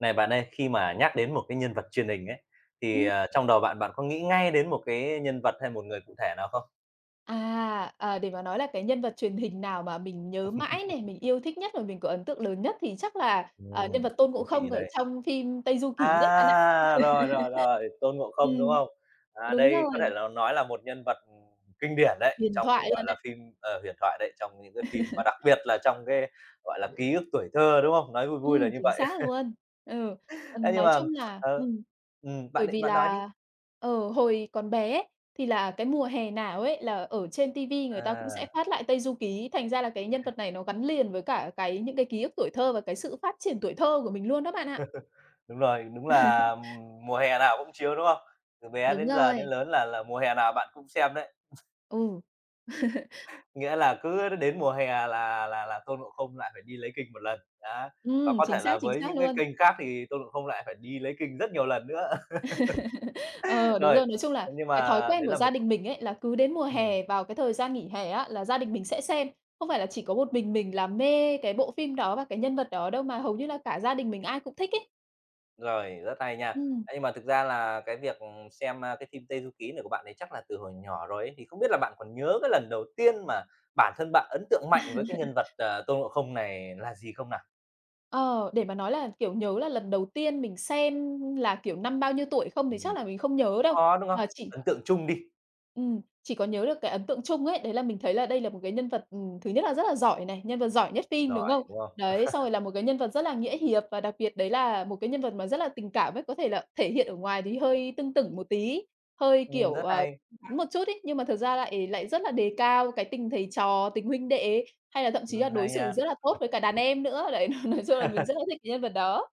Này bạn ơi, khi mà nhắc đến một cái nhân vật truyền hình ấy, thì, Ừm, trong đầu bạn, bạn có nghĩ ngay đến một cái nhân vật hay một người cụ thể nào không? à, để mà nói là cái nhân vật truyền hình nào mà mình nhớ mãi này, mình yêu thích nhất và mình có ấn tượng lớn nhất thì chắc là, nhân Ừm, vật Tôn Ngộ thú vị Không ở đấy. trong phim Tây Du Ký đấy bạn ạ. À, rồi, rồi, rồi, Tôn Ngộ Không, đúng Ừm, không? À, đúng đây có thể rồi, là nói là một nhân vật, kinh điển đấy, huyền trong, thoại gọi luôn là, đấy. phim, huyền thoại đấy, trong những cái phim và đặc biệt là trong cái, gọi là, ký ức tuổi thơ, đúng không? Nói vui vui là như Chính vậy. xác luôn. Ừ, Thế nhưng nói mà, chung là ờ bởi bạn vì bạn nói đi. là, ở hồi còn bé ấy, thì là cái mùa hè nào ấy là ở trên ti người ta cũng sẽ À. phát lại Tây Du Ký, thành ra là cái nhân vật này nó gắn liền với cả cái những cái ký ức tuổi thơ và cái sự phát triển tuổi thơ của mình luôn đó bạn ạ. Đúng rồi, đúng là, mùa hè nào cũng chiếu, đúng không? Từ bé Đúng đến giờ rồi. đến lớn là mùa hè nào bạn cũng xem đấy, Ừ. nghĩa là cứ đến mùa hè là là Tôn Ngộ Không lại phải đi lấy kinh một lần, á. Và có thể là chính với xác những cái luôn. kênh khác thì Tôn Ngộ Không lại phải đi lấy kinh rất nhiều lần nữa. Ờ, Đúng Rồi, rồi, nói chung là thế nhưng cái mà thói quen đấy của là gia một c đình mình ấy, là cứ đến mùa ừm. hè vào cái thời gian nghỉ hè á, là gia đình mình sẽ xem. Không phải là chỉ có một mình là mê cái bộ phim đó và cái nhân vật đó đâu, mà hầu như là cả gia đình mình ai cũng thích ấy. Rồi, rất hay nha. Ừm, Ấy, nhưng mà thực ra là cái việc, xem, cái phim Tây Du Ký này của bạn ấy chắc là từ hồi nhỏ rồi ấy, thì không biết là bạn còn nhớ cái lần đầu tiên mà bản thân bạn ấn tượng mạnh với cái nhân vật, Tôn Ngộ Không này là gì không nào? ờ, để mà nói là, kiểu, nhớ là lần đầu tiên mình xem là, kiểu, năm bao nhiêu tuổi không thì chắc Ừm. là mình không nhớ Cũng đâu. khó, đúng không? Ờ, chỉ Ấn tượng chung đi, chỉ có nhớ được cái ấn tượng chung ấy, đấy là mình thấy là đây là một cái nhân vật, thứ nhất là rất là giỏi này, nhân vật giỏi nhất phim, đúng rồi, không? đúng không? Đấy, xong rồi là một cái nhân vật rất là nghĩa hiệp và đặc biệt đấy là một cái nhân vật mà rất là tình cảm ấy, có thể là thể hiện ở ngoài thì hơi tưng tửng một tí, hơi, kiểu, Rất hay, cứng rắn một chút ấy, nhưng mà thật ra lại lại rất là đề cao cái tình thầy trò, tình huynh đệ ấy, hay là thậm chí là đối hay xử nha. rất là tốt với cả đàn em nữa. Đấy, nói chung là mình rất là thích cái nhân vật đó.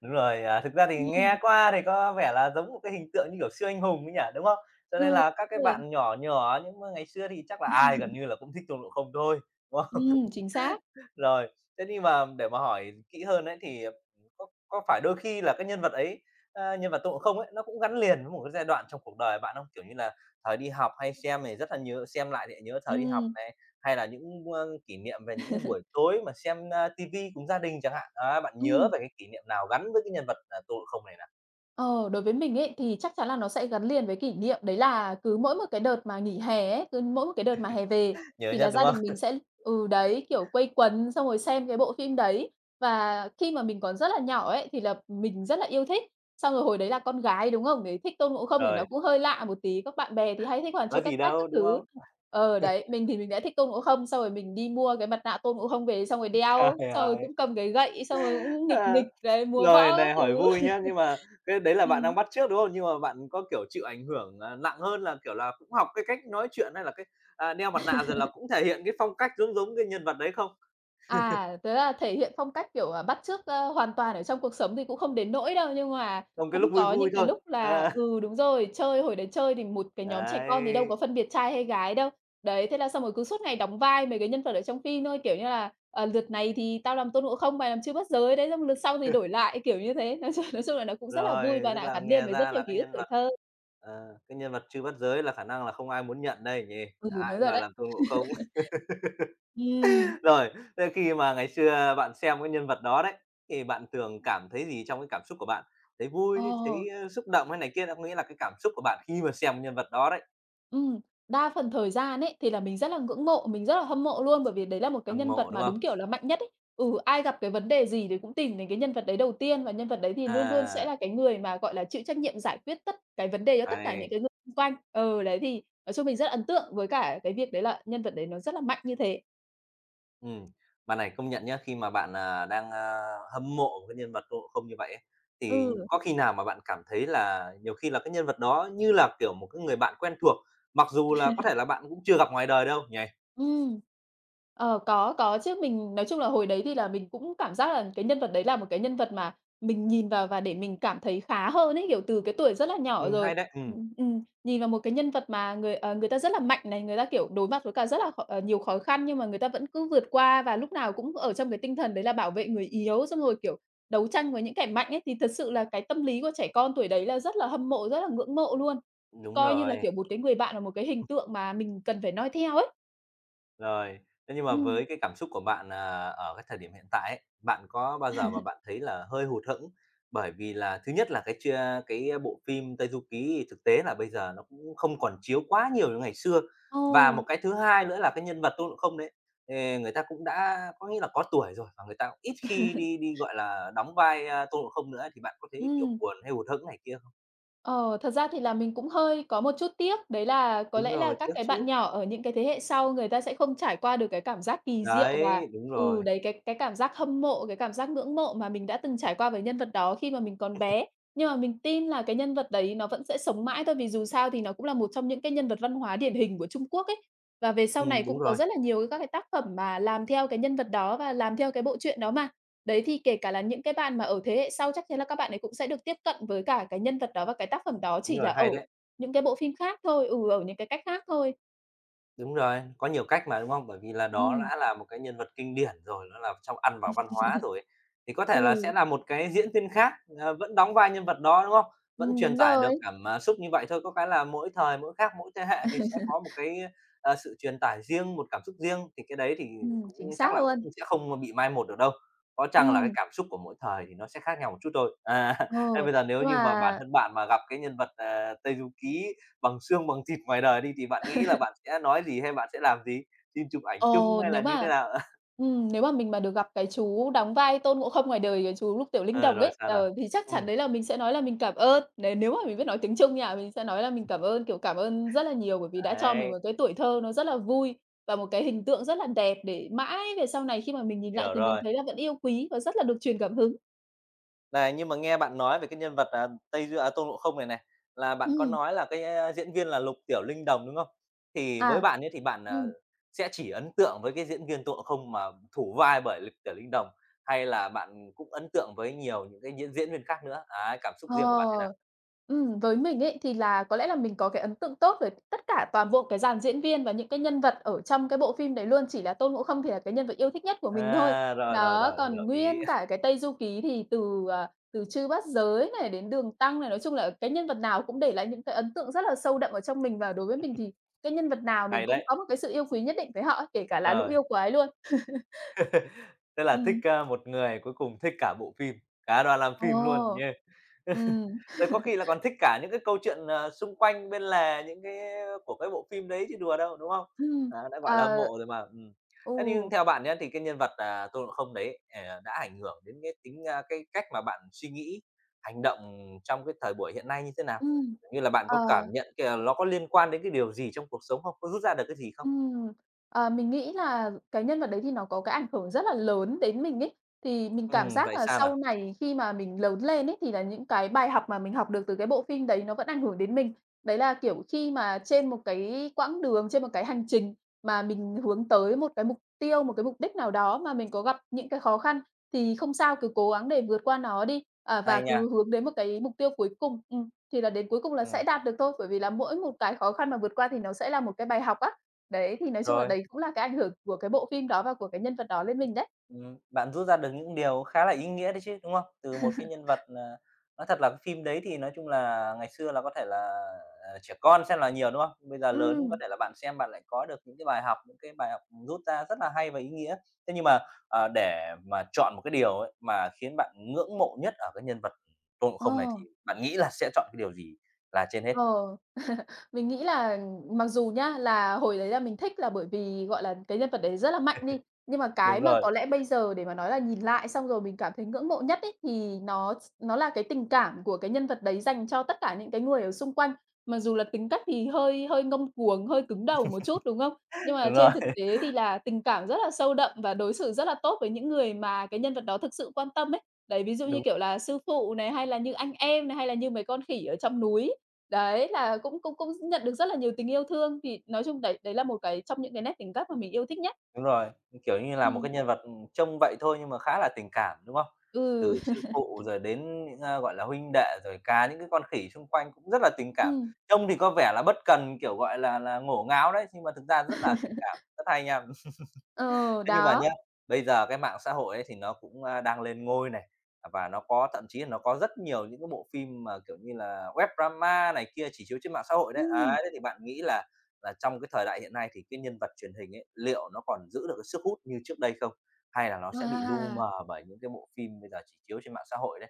Đúng rồi, à, thực ra thì Ừm, nghe qua thì có vẻ là giống một cái hình tượng như kiểu siêu anh hùng ấy nhỉ, đúng không? Cho nên ừ, là các cái đúng rồi. bạn nhỏ nhỏ những, ngày xưa thì chắc là ai gần như là cũng thích Tôn Ngộ Không thôi, đúng không? Chính xác. Rồi, thế nhưng mà để mà hỏi kỹ hơn ấy thì, có phải đôi khi là cái nhân vật ấy, nhân vật Tôn Ngộ Không ấy, nó cũng gắn liền với một cái giai đoạn trong cuộc đời bạn không? Kiểu như là, thời đi học hay xem này rất là nhớ xem lại thì nhớ thời đi học Ừm, này, hay là những, kỷ niệm về những cái buổi tối mà xem, a, ti cùng gia đình chẳng hạn. Á, bạn nhớ ừm. về cái kỷ niệm nào gắn với cái nhân vật, Tôn Ngộ Không này nè. Ờ, Đối với mình ấy thì chắc chắn là nó sẽ gắn liền với kỷ niệm, đấy là cứ mỗi một cái đợt mà nghỉ hè ấy, cứ mỗi một cái đợt mà hè về Nhớ thì là nhất, đúng gia đình không? mình sẽ đấy, kiểu, quây quần xong rồi xem cái bộ phim đấy. Và khi mà mình còn rất là nhỏ ấy thì là mình rất là yêu thích, xong rồi hồi đấy là con gái, đúng không? Để thích Tôn Ngộ Không thì nó Rồi, cũng hơi lạ một tí, các bạn bè thì hay thích Hoàn có Châu Cách gì Cách các đâu, đúng thứ. không? Ờ, đấy, mình thì mình đã thích Tôn Ngộ Không, xong rồi mình đi mua cái mặt nạ Tôn Ngộ Không về xong rồi đeo, Trời xong rồi ơi! cũng cầm cái gậy, xong rồi cũng nghịch Ờ. nghịch, đấy, múa Rồi, võ các này hỏi thứ. vui nhá, nhưng mà cái đấy là bạn Ừm. đang bắt chước, đúng không? Nhưng mà bạn có, kiểu, chịu ảnh hưởng, nặng hơn là, kiểu là, cũng học cái cách nói chuyện hay là cái, đeo mặt nạ rồi là cũng thể hiện cái phong cách giống giống cái nhân vật đấy không? À, thế là thể hiện phong cách, kiểu, à, bắt chước, ơ, hoàn toàn ở trong cuộc sống thì cũng không đến nỗi đâu, nhưng mà Trong cái lúc cũng vui có những vui cái thôi. lúc là Ờ, đúng rồi, chơi hồi đấy chơi thì một cái nhóm trẻ con thì đâu có đấy, phân biệt trai hay gái đâu. Đấy, thế là xong rồi cứ suốt ngày đóng vai mấy cái nhân vật ở trong phim thôi, kiểu như là, ờ, "Lượt này thì tao làm Tôn Ngộ Không, mày làm Chư Bắt Giới." Đấy, xong lượt sau thì đổi lại, kiểu như thế. Nói chung là nó cũng rất là vui rồi, và tức đã là gắn liền nghe với rất ra nhiều là cái ký ức nhân tuổi vật thơ. ờ, cái nhân vật Trư Bắt Giới là khả năng là không ai muốn nhận đây nhỉ? Ừ, Ai đúng cũng rồi đòi đấy. làm Tôn Ngộ Không. Ừm, Rồi, thế khi mà ngày xưa bạn xem cái nhân vật đó đấy, thì bạn thường cảm thấy gì trong cái cảm xúc của bạn? Thấy ờ. vui, thấy, xúc động hay này kia, có nghĩa là cái cảm xúc của bạn khi mà xem nhân vật đó đấy, Ừm, Đa phần thời gian ấy, thì là mình rất là ngưỡng mộ, mình rất là hâm mộ luôn, bởi vì đấy là một cái hâm nhân mộ, vật đúng mà không? đúng kiểu là mạnh nhất ấy. Ừ, ai gặp cái vấn đề gì thì cũng tìm đến cái nhân vật đấy đầu tiên, và nhân vật đấy thì luôn luôn sẽ À, là cái người mà, gọi là, chịu trách nhiệm giải quyết tất cái vấn đề cho tất cả những ấy, cái người xung quanh. Ừ, đấy, thì nói chung mình rất ấn tượng với cả cái việc đấy là nhân vật đấy nó rất là mạnh như thế. ừm, bạn này công nhận nhá, khi mà bạn, đang, hâm mộ một cái nhân vật ngộ không như vậy ấy, thì Ừ. có khi nào mà bạn cảm thấy là nhiều khi là cái nhân vật đó như là, kiểu, một cái người bạn quen thuộc, mặc dù là có thể là bạn cũng chưa gặp ngoài đời đâu nhỉ? Ừm. Ờ, có chứ. Mình nói chung là hồi đấy thì là mình cũng cảm giác là cái nhân vật đấy là một cái nhân vật mà mình nhìn vào và để mình cảm thấy khá hơn ấy, kiểu, từ cái tuổi rất là nhỏ rồi. Hay đấy, Nhìn vào một cái nhân vật mà người, người ta rất là mạnh này, người ta, kiểu, đối mặt với cả rất là nhiều khó khăn nhưng mà người ta vẫn cứ vượt qua và lúc nào cũng ở trong cái tinh thần đấy là bảo vệ người yếu, xong rồi, kiểu, đấu tranh với những kẻ mạnh ấy, thì thật sự là cái tâm lý của trẻ con tuổi đấy là rất là hâm mộ, rất là ngưỡng mộ luôn. đúng Coi như là, rồi. kiểu, một cái người bạn là một cái hình tượng mà mình cần phải noi theo ấy. Rồi, thế nhưng mà Ừm. với cái cảm xúc của bạn, ở cái thời điểm hiện tại ấy, bạn có bao giờ mà bạn thấy là hơi hụt hẫng? Bởi vì là thứ nhất là cái chưa cái bộ phim Tây Du Ký thực tế là bây giờ nó cũng không còn chiếu quá nhiều như ngày xưa, Ồ, và một cái thứ hai nữa là cái nhân vật Tôn Ngộ Không đấy, người ta cũng đã có nghĩa là có tuổi rồi và người ta cũng ít khi đi đi, gọi là, đóng vai, Tôn Ngộ Không nữa thì bạn có thấy, kiểu, ừm, buồn hay hụt hẫng này kia không? ờ, thật ra thì là mình cũng hơi có một chút tiếc, đấy là có Đúng lẽ là rồi, các tiếc cái bạn chứ. nhỏ ở những cái thế hệ sau người ta sẽ không trải qua được cái cảm giác kỳ diệu Đấy, và đúng rồi. đấy, cái cảm giác hâm mộ, cái cảm giác ngưỡng mộ mà mình đã từng trải qua với nhân vật đó khi mà mình còn bé. Nhưng mà mình tin là cái nhân vật đấy nó vẫn sẽ sống mãi thôi, vì dù sao thì nó cũng là một trong những cái nhân vật văn hóa điển hình của Trung Quốc ấy. Và về sau này Đúng cũng có rồi, rất là nhiều các cái tác phẩm mà làm theo cái nhân vật đó và làm theo cái bộ truyện đó mà. Đấy, thì kể cả là những cái bạn mà ở thế hệ sau chắc chắn là các bạn ấy cũng sẽ được tiếp cận với cả cái nhân vật đó và cái tác phẩm đó đúng chỉ là rồi, ở hay đấy. những cái bộ phim khác thôi, ừ, ở những cái cách khác thôi. Đúng rồi, có nhiều cách mà, đúng không? Bởi vì là đó Ừm, đã là một cái nhân vật kinh điển rồi, nó là trong ăn vào văn hóa rồi ấy. Thì có thể là ừ, sẽ là một cái diễn viên khác, vẫn đóng vai nhân vật đó, đúng không? Vẫn truyền đúng tải được rồi. cảm xúc như vậy thôi, có cái là mỗi thời mỗi khác, mỗi thế hệ thì sẽ có một cái, sự truyền tải riêng, một cảm xúc riêng, thì cái đấy thì cũng chính chắc xác là luôn. cũng sẽ không bị mai một được đâu. Có chăng là cái Ừm, cảm xúc của mỗi thời thì nó sẽ khác nhau một chút thôi. À, ờ, thế bây giờ nếu nhưng mà như mà bản thân bạn mà gặp cái nhân vật, Tây Du Ký bằng xương bằng thịt ngoài đời đi thì bạn nghĩ là bạn sẽ nói gì hay bạn sẽ làm gì? Xin chụp ảnh Ờ, chung hay nếu là như thế mà nào? nếu mà mình mà được gặp cái chú đóng vai Tôn Ngộ Không ngoài đời, cái chú Lục Tiểu Linh Ờ, Đồng rồi ấy, sao nào? Thì chắc Ừm, chắn đấy là mình sẽ nói là mình cảm ơn. Nếu nếu mà mình biết nói tiếng Trung nha, mình sẽ nói là mình cảm ơn, kiểu, cảm ơn rất là nhiều bởi vì đã cho mình đấy, một cái tuổi thơ nó rất là vui và một cái hình tượng rất là đẹp để mãi về sau này khi mà mình nhìn lại hiểu thì mình rồi. thấy là vẫn yêu quý và rất là được truyền cảm hứng. Này, nhưng mà nghe bạn nói về cái nhân vật, Tôn Ngộ Không này này, là bạn có Ừm, nói là cái, diễn viên là Lục Tiểu Linh Đồng, đúng không? Thì với à, bạn ấy thì bạn, ừm. sẽ chỉ ấn tượng với cái diễn viên Tôn Ngộ Không mà thủ vai bởi Lục Tiểu Linh Đồng, hay là bạn cũng ấn tượng với nhiều những cái diễn diễn viên khác nữa? Đấy, cảm xúc riêng của bạn thế nào? Ờ, với mình ấy, thì là có lẽ là mình có cái ấn tượng tốt về tất cả toàn bộ cái dàn diễn viên và những cái nhân vật ở trong cái bộ phim đấy luôn, chỉ là Tôn Ngộ Không thì là cái nhân vật yêu thích nhất của mình thôi. À, rồi, rồi, Đó, rồi, hiểu còn ý. nguyên cả cái Tây Du Ký thì từ, à, từ Chư Bát Giới này đến Đường Tăng này, nói chung là cái nhân vật nào cũng để lại những cái ấn tượng rất là sâu đậm ở trong mình, và đối với mình thì cái nhân vật nào mình Hay cũng đấy, có một cái sự yêu quý nhất định với họ ấy, kể cả là Lũ rồi. Yêu Quái luôn. Tức là thích, Ừm, một người, cuối cùng thích cả bộ phim, cả đoàn làm ờ. phim luôn, yeah. Ừm, Rồi có khi là còn thích cả những cái câu chuyện, xung quanh bên lề những cái của cái bộ phim đấy chứ đùa đâu, đúng không? ừm, Đó, đã gọi là hâm ờ, mộ rồi mà. ừ, Thế nhưng theo bạn nhé thì cái nhân vật, Tôn Ngộ Không đấy, đã ảnh hưởng đến cái cách mà bạn suy nghĩ, hành động trong cái thời buổi hiện nay như thế nào? ừm, Như là, bạn có ờ. cảm nhận kìa nó có liên quan đến cái điều gì trong cuộc sống không? Có rút ra được cái gì không? Ừm, mình nghĩ là cái nhân vật đấy thì nó có cái ảnh hưởng rất là lớn đến mình ấy. Thì mình cảm giác Vậy là sao sau nào? này khi mà mình lớn lên ấy, thì là những cái bài học mà mình học được từ cái bộ phim đấy nó vẫn ảnh hưởng đến mình. Đấy là, kiểu, khi mà trên một cái quãng đường, trên một cái hành trình mà mình hướng tới một cái mục tiêu, một cái mục đích nào đó mà mình có gặp những cái khó khăn thì không sao, cứ cố gắng để vượt qua nó đi, à, và Hay nha. cứ hướng đến một cái mục tiêu cuối cùng. Thì là đến cuối cùng là sẽ Ừm, đạt được thôi, bởi vì là mỗi một cái khó khăn mà vượt qua thì nó sẽ là một cái bài học á. Đấy, thì nói chung là rồi. đấy cũng là cái ảnh hưởng của cái bộ phim đó và của cái nhân vật đó lên mình đấy. Bạn rút ra được những điều khá là ý nghĩa đấy chứ, đúng không? Từ một cái nhân vật, nói thật là cái phim đấy thì nói chung là ngày xưa là có thể là, trẻ con xem là nhiều, đúng không? Bây giờ lớn Ừm, có thể là bạn xem bạn lại có được những cái bài học, những cái bài học rút ra rất là hay và ý nghĩa. Thế nhưng mà, để mà chọn một cái điều ấy mà khiến bạn ngưỡng mộ nhất ở cái nhân vật Tôn Ngộ ờ, Không này thì bạn nghĩ là sẽ chọn cái điều gì là trên hết? ờ, mình nghĩ là mặc dù nhá, là hồi đấy là mình thích là bởi vì, gọi là, cái nhân vật đấy rất là mạnh đi, nhưng mà cái Đúng mà rồi, có lẽ bây giờ để mà nói là nhìn lại xong rồi mình cảm thấy ngưỡng mộ nhất ấy, thì nó là cái tình cảm của cái nhân vật đấy dành cho tất cả những cái người ở xung quanh. Mặc dù là tính cách thì hơi hơi ngông cuồng, hơi cứng đầu một chút, đúng không? Nhưng mà đúng trên rồi. thực tế thì là tình cảm rất là sâu đậm và đối xử rất là tốt với những người mà cái nhân vật đó thực sự quan tâm ấy. Đấy, ví dụ như, Đúng. kiểu là, sư phụ này, hay là như anh em này, hay là như mấy con khỉ ở trong núi. Đấy, là cũng cũng cũng nhận được rất là nhiều tình yêu thương, thì nói chung đấy đấy là một cái trong những cái nét tính cách mà mình yêu thích nhất. Đúng rồi, kiểu như là một Ừm. cái nhân vật, trông vậy thôi nhưng mà khá là tình cảm, đúng không? Ừ. Từ sư phụ rồi đến những, gọi là, huynh đệ, rồi cả những cái con khỉ xung quanh cũng rất là tình cảm. Ừm. Trông thì có vẻ là bất cần, kiểu, gọi là, ngổ ngáo đấy, nhưng mà thực ra rất là tình cảm, rất hay nha. Ờ, Thế nhưng mà đó. nhá, bây giờ cái mạng xã hội ấy thì nó cũng, đang lên ngôi này, và nó có thậm chí là nó có rất nhiều những cái bộ phim mà, kiểu như là, web drama này kia chỉ chiếu trên mạng xã hội đấy. Ừm, Ấy, thế thì bạn nghĩ là trong cái thời đại hiện nay thì cái nhân vật truyền hình ấy, liệu nó còn giữ được cái sức hút như trước đây không? Hay là nó sẽ bị lu wow! mờ bởi những cái bộ phim bây giờ chỉ chiếu trên mạng xã hội đấy?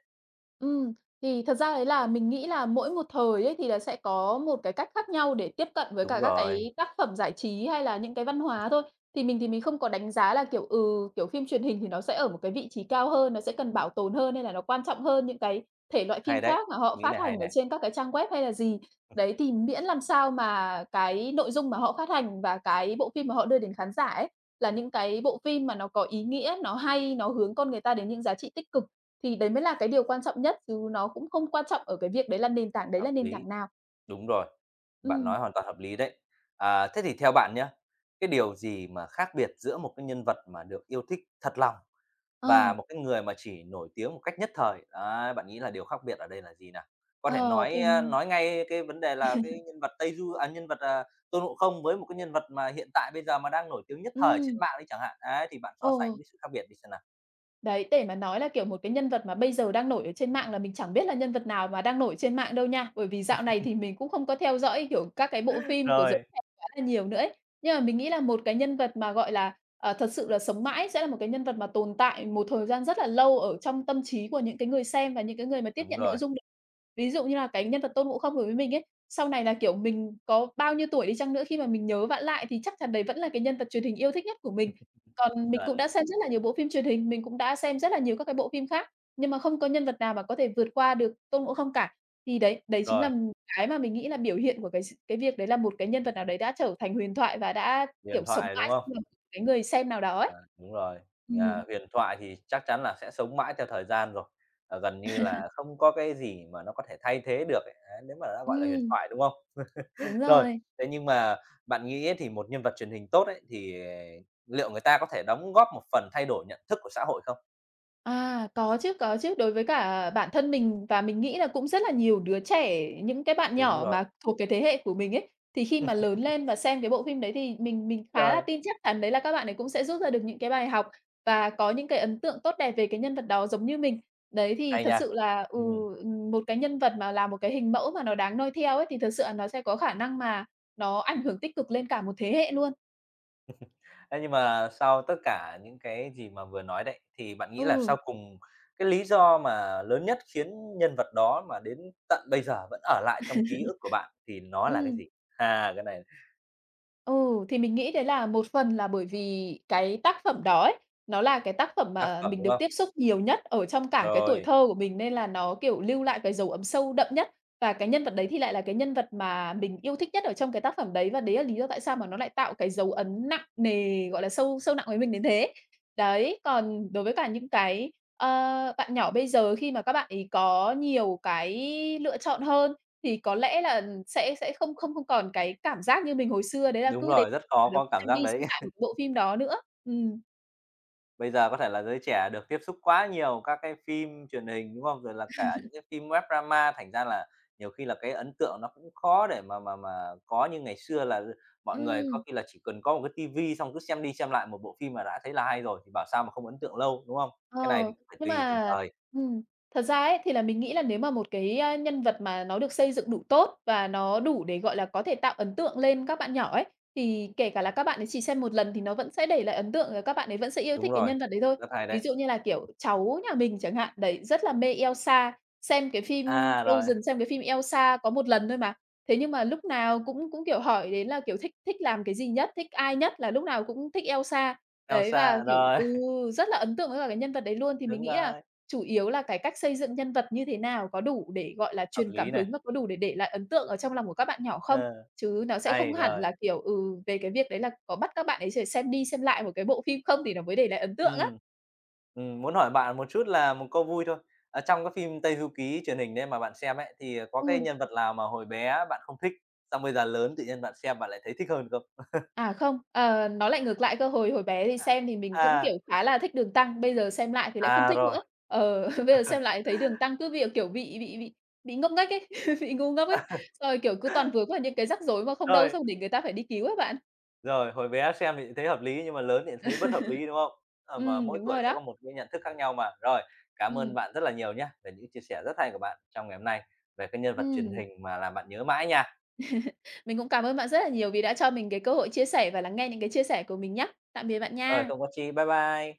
Ừm, thì thật ra đấy là mình nghĩ là mỗi một thời ấy thì là sẽ có một cái cách khác nhau để tiếp cận với cả Đúng các rồi, cái tác phẩm giải trí hay là những cái văn hóa thôi. Thì mình không có đánh giá là, kiểu, ừ, kiểu, phim truyền hình thì nó sẽ ở một cái vị trí cao hơn, nó sẽ cần bảo tồn hơn hay là nó quan trọng hơn những cái thể loại hay phim đấy, khác mà họ nghĩ phát này hay hành ở này, trên các cái trang web hay là gì. Đấy, thì miễn làm sao mà cái nội dung mà họ phát hành và cái bộ phim mà họ đưa đến khán giả ấy, là những cái bộ phim mà nó có ý nghĩa, nó hay, nó hướng con người ta đến những giá trị tích cực thì đấy mới là cái điều quan trọng nhất, chứ nó cũng không quan trọng ở cái việc đấy là nền tảng đấy hợp là nền lý. tảng nào. Đúng rồi, bạn Ừm, nói hoàn toàn hợp lý đấy. À, thế thì theo bạn nhá, cái điều gì mà khác biệt giữa một cái nhân vật mà được yêu thích thật lòng và ờ, một cái người mà chỉ nổi tiếng một cách nhất thời? Đấy, bạn nghĩ là điều khác biệt ở đây là gì nào? Có thể ờ, nói, thì nói ngay cái vấn đề là cái nhân vật Tây Du à, nhân vật, Tôn Ngộ Không với một cái nhân vật mà hiện tại bây giờ mà đang nổi tiếng nhất thời trên ừm, mạng đấy chẳng hạn, ấy, thì bạn ờ. so sánh cái sự khác biệt đi xem nào? Đấy, để mà nói là, kiểu, một cái nhân vật mà bây giờ đang nổi ở trên mạng là mình chẳng biết là nhân vật nào mà đang nổi trên mạng đâu nha, bởi vì dạo này thì mình cũng không có theo dõi, kiểu, các cái bộ phim của giới Rồi. trẻ quá là nhiều nữa ấy. Nhưng mà mình nghĩ là một cái nhân vật mà, gọi là, ờ, thật sự là sống mãi sẽ là một cái nhân vật mà tồn tại một thời gian rất là lâu ở trong tâm trí của những cái người xem và những cái người mà tiếp Đúng nhận nội rồi, dung đấy. Ví dụ như là cái nhân vật Tôn Ngộ Không đối với mình ấy, sau này là, kiểu, mình có bao nhiêu tuổi đi chăng nữa khi mà mình nhớ vặn lại thì chắc chắn đấy vẫn là cái nhân vật truyền hình yêu thích nhất của mình. Còn mình chuẩn cũng đã xem rất là nhiều bộ phim truyền hình, mình cũng đã xem rất là nhiều các cái bộ phim khác, nhưng mà không có nhân vật nào mà có thể vượt qua được Tôn Ngộ Không cả. Thì đấy, đấy chính là rồi, cái mà mình nghĩ là biểu hiện của cái việc đấy là một cái nhân vật nào đấy đã trở thành huyền thoại và đã, kiểu, huyền sống thoại, đúng mãi trong lòng không? cái người xem nào đó ấy. Đúng rồi, Ừm, nhà huyền thoại thì chắc chắn là sẽ sống mãi theo thời gian rồi, gần như là không có cái gì mà nó có thể thay thế được ấy, đấy, nếu mà đã gọi là huyền ừm, thoại, đúng không? đúng Rồi, rồi. thế nhưng mà bạn nghĩ ấy thì một nhân vật truyền hình tốt ấy, thì liệu người ta có thể đóng góp một phần thay đổi nhận thức của xã hội không? À, có chứ, có chứ. Đối với cả bản thân mình và mình nghĩ là cũng rất là nhiều đứa trẻ, những cái bạn Đúng nhỏ rồi, mà thuộc cái thế hệ của mình ấy, thì khi mà lớn lên và xem cái bộ phim đấy thì mình khá là rồi, tin chắc chắn đấy là các bạn ấy cũng sẽ rút ra được những cái bài học và có những cái ấn tượng tốt đẹp về cái nhân vật đó giống như mình. Đấy, thì hay thật nha. sự là, Ừm. một cái nhân vật mà là một cái hình mẫu mà nó đáng noi theo ấy, thì thật sự là nó sẽ có khả năng mà nó ảnh hưởng tích cực lên cả một thế hệ luôn. Thế nhưng mà sau tất cả những cái gì mà vừa nói đấy, thì bạn nghĩ là Ừ, sau cùng cái lý do mà lớn nhất khiến nhân vật đó mà đến tận bây giờ vẫn ở lại trong ký ức của bạn thì nó là cái ừm. gì? À, cái này Ừ, thì mình nghĩ đấy là một phần là bởi vì cái tác phẩm đó ấy, nó là cái tác phẩm tác mà phẩm, mình đúng được không? tiếp xúc nhiều nhất ở trong cả cái tuổi Rồi, thơ của mình, nên là nó, kiểu, lưu lại cái dấu ấn sâu đậm nhất. Và cái nhân vật đấy thì lại là cái nhân vật mà mình yêu thích nhất ở trong cái tác phẩm đấy, và đấy là lý do tại sao mà nó lại tạo cái dấu ấn nặng nề, gọi là, sâu sâu nặng với mình đến thế. Đấy, còn đối với cả những cái, ờ, bạn nhỏ bây giờ khi mà các bạn ấy có nhiều cái lựa chọn hơn thì có lẽ là sẽ không không không còn cái cảm giác như mình hồi xưa, đấy là đúng cứ đến rồi, rất khó là có cảm xem đi giác đấy. xem lại một bộ phim đó nữa. Ừm. Bây giờ có thể là giới trẻ được tiếp xúc quá nhiều các cái phim truyền hình, đúng không? Rồi là cả những cái phim web drama thành ra là nhiều khi là cái ấn tượng nó cũng khó để mà có như ngày xưa là mọi người có Ừm. khi là chỉ cần có một cái tivi xong cứ xem đi xem lại một bộ phim mà đã thấy là hay rồi, thì bảo sao mà không ấn tượng lâu, đúng không? Cái này Ờ, thì cũng phải nhưng tùy từng mà thời. ừm, thật ra ấy, thì là mình nghĩ là nếu mà một cái, a, nhân vật mà nó được xây dựng đủ tốt và nó đủ để, gọi là, có thể tạo ấn tượng lên các bạn nhỏ ấy, thì kể cả là các bạn ấy chỉ xem một lần thì nó vẫn sẽ để lại ấn tượng và các bạn ấy vẫn sẽ yêu thích Đúng cái rồi, nhân vật đấy thôi. rất hay Ví đấy. dụ như là, kiểu, cháu nhà mình chẳng hạn, đấy, rất là mê Elsa, xem cái phim À, rồi, Frozen, xem cái phim Elsa có một lần thôi mà. Thế nhưng mà lúc nào cũng cũng, kiểu, hỏi đến là, kiểu, thích thích làm cái gì nhất, thích ai nhất, là lúc nào cũng thích Elsa. Đấy, và, Elsa, kiểu rồi, ừ, rất là ấn tượng với cả cái nhân vật đấy luôn. Thì mình đúng nghĩ là rồi, chủ yếu là cái cách xây dựng nhân vật như thế nào có đủ để, gọi là, hợp truyền cảm lý hứng này. và có đủ để lại ấn tượng ở trong lòng của các bạn nhỏ không? Ờ, Chứ nó sẽ không hay, hẳn rồi, là, kiểu, ừ, về cái việc đấy là có bắt các bạn ấy sẽ xem đi xem lại một cái bộ phim không thì nó mới để lại ấn tượng á. ừm. Muốn hỏi bạn một chút là một câu vui thôi. Ờ, trong cái phim Tây Du Ký truyền hình đấy mà bạn xem ấy, thì có cái Ừ. nhân vật nào mà hồi bé bạn không thích, xong bây giờ lớn tự nhiên bạn xem bạn lại thấy thích hơn không? À, không, ờ, nó lại ngược lại cơ. Hồi hồi bé thì xem thì mình cũng, À. kiểu, À, khá là thích Đường Tăng, bây giờ xem lại thì lại không à, thích rồi, nữa. Ờ, bây giờ xem lại thấy Đường Tăng cứ việc, kiểu, bị ngốc nghếch ấy, bị ngu ngốc ấy, rồi, kiểu, cứ toàn vướng vào những cái rắc rối mà không đâu, rồi, xong để người ta phải đi cứu ấy bạn. rồi, hồi bé xem thì thấy hợp lý nhưng mà lớn thì thấy bất hợp lý, đúng không? Ờ, mà mỗi Đúng tuổi rồi sẽ đó. có một cái nhận thức khác nhau mà. Rồi, cảm Ừm, ơn bạn rất là nhiều nhé về những chia sẻ rất hay của bạn trong ngày hôm nay về cái nhân vật truyền ừm. hình mà làm bạn nhớ mãi nha. Mình cũng cảm ơn bạn rất là nhiều vì đã cho mình cái cơ hội chia sẻ và lắng nghe những cái chia sẻ của mình nhá. Tạm biệt bạn Rồi, nha. không có chi. Bye bye.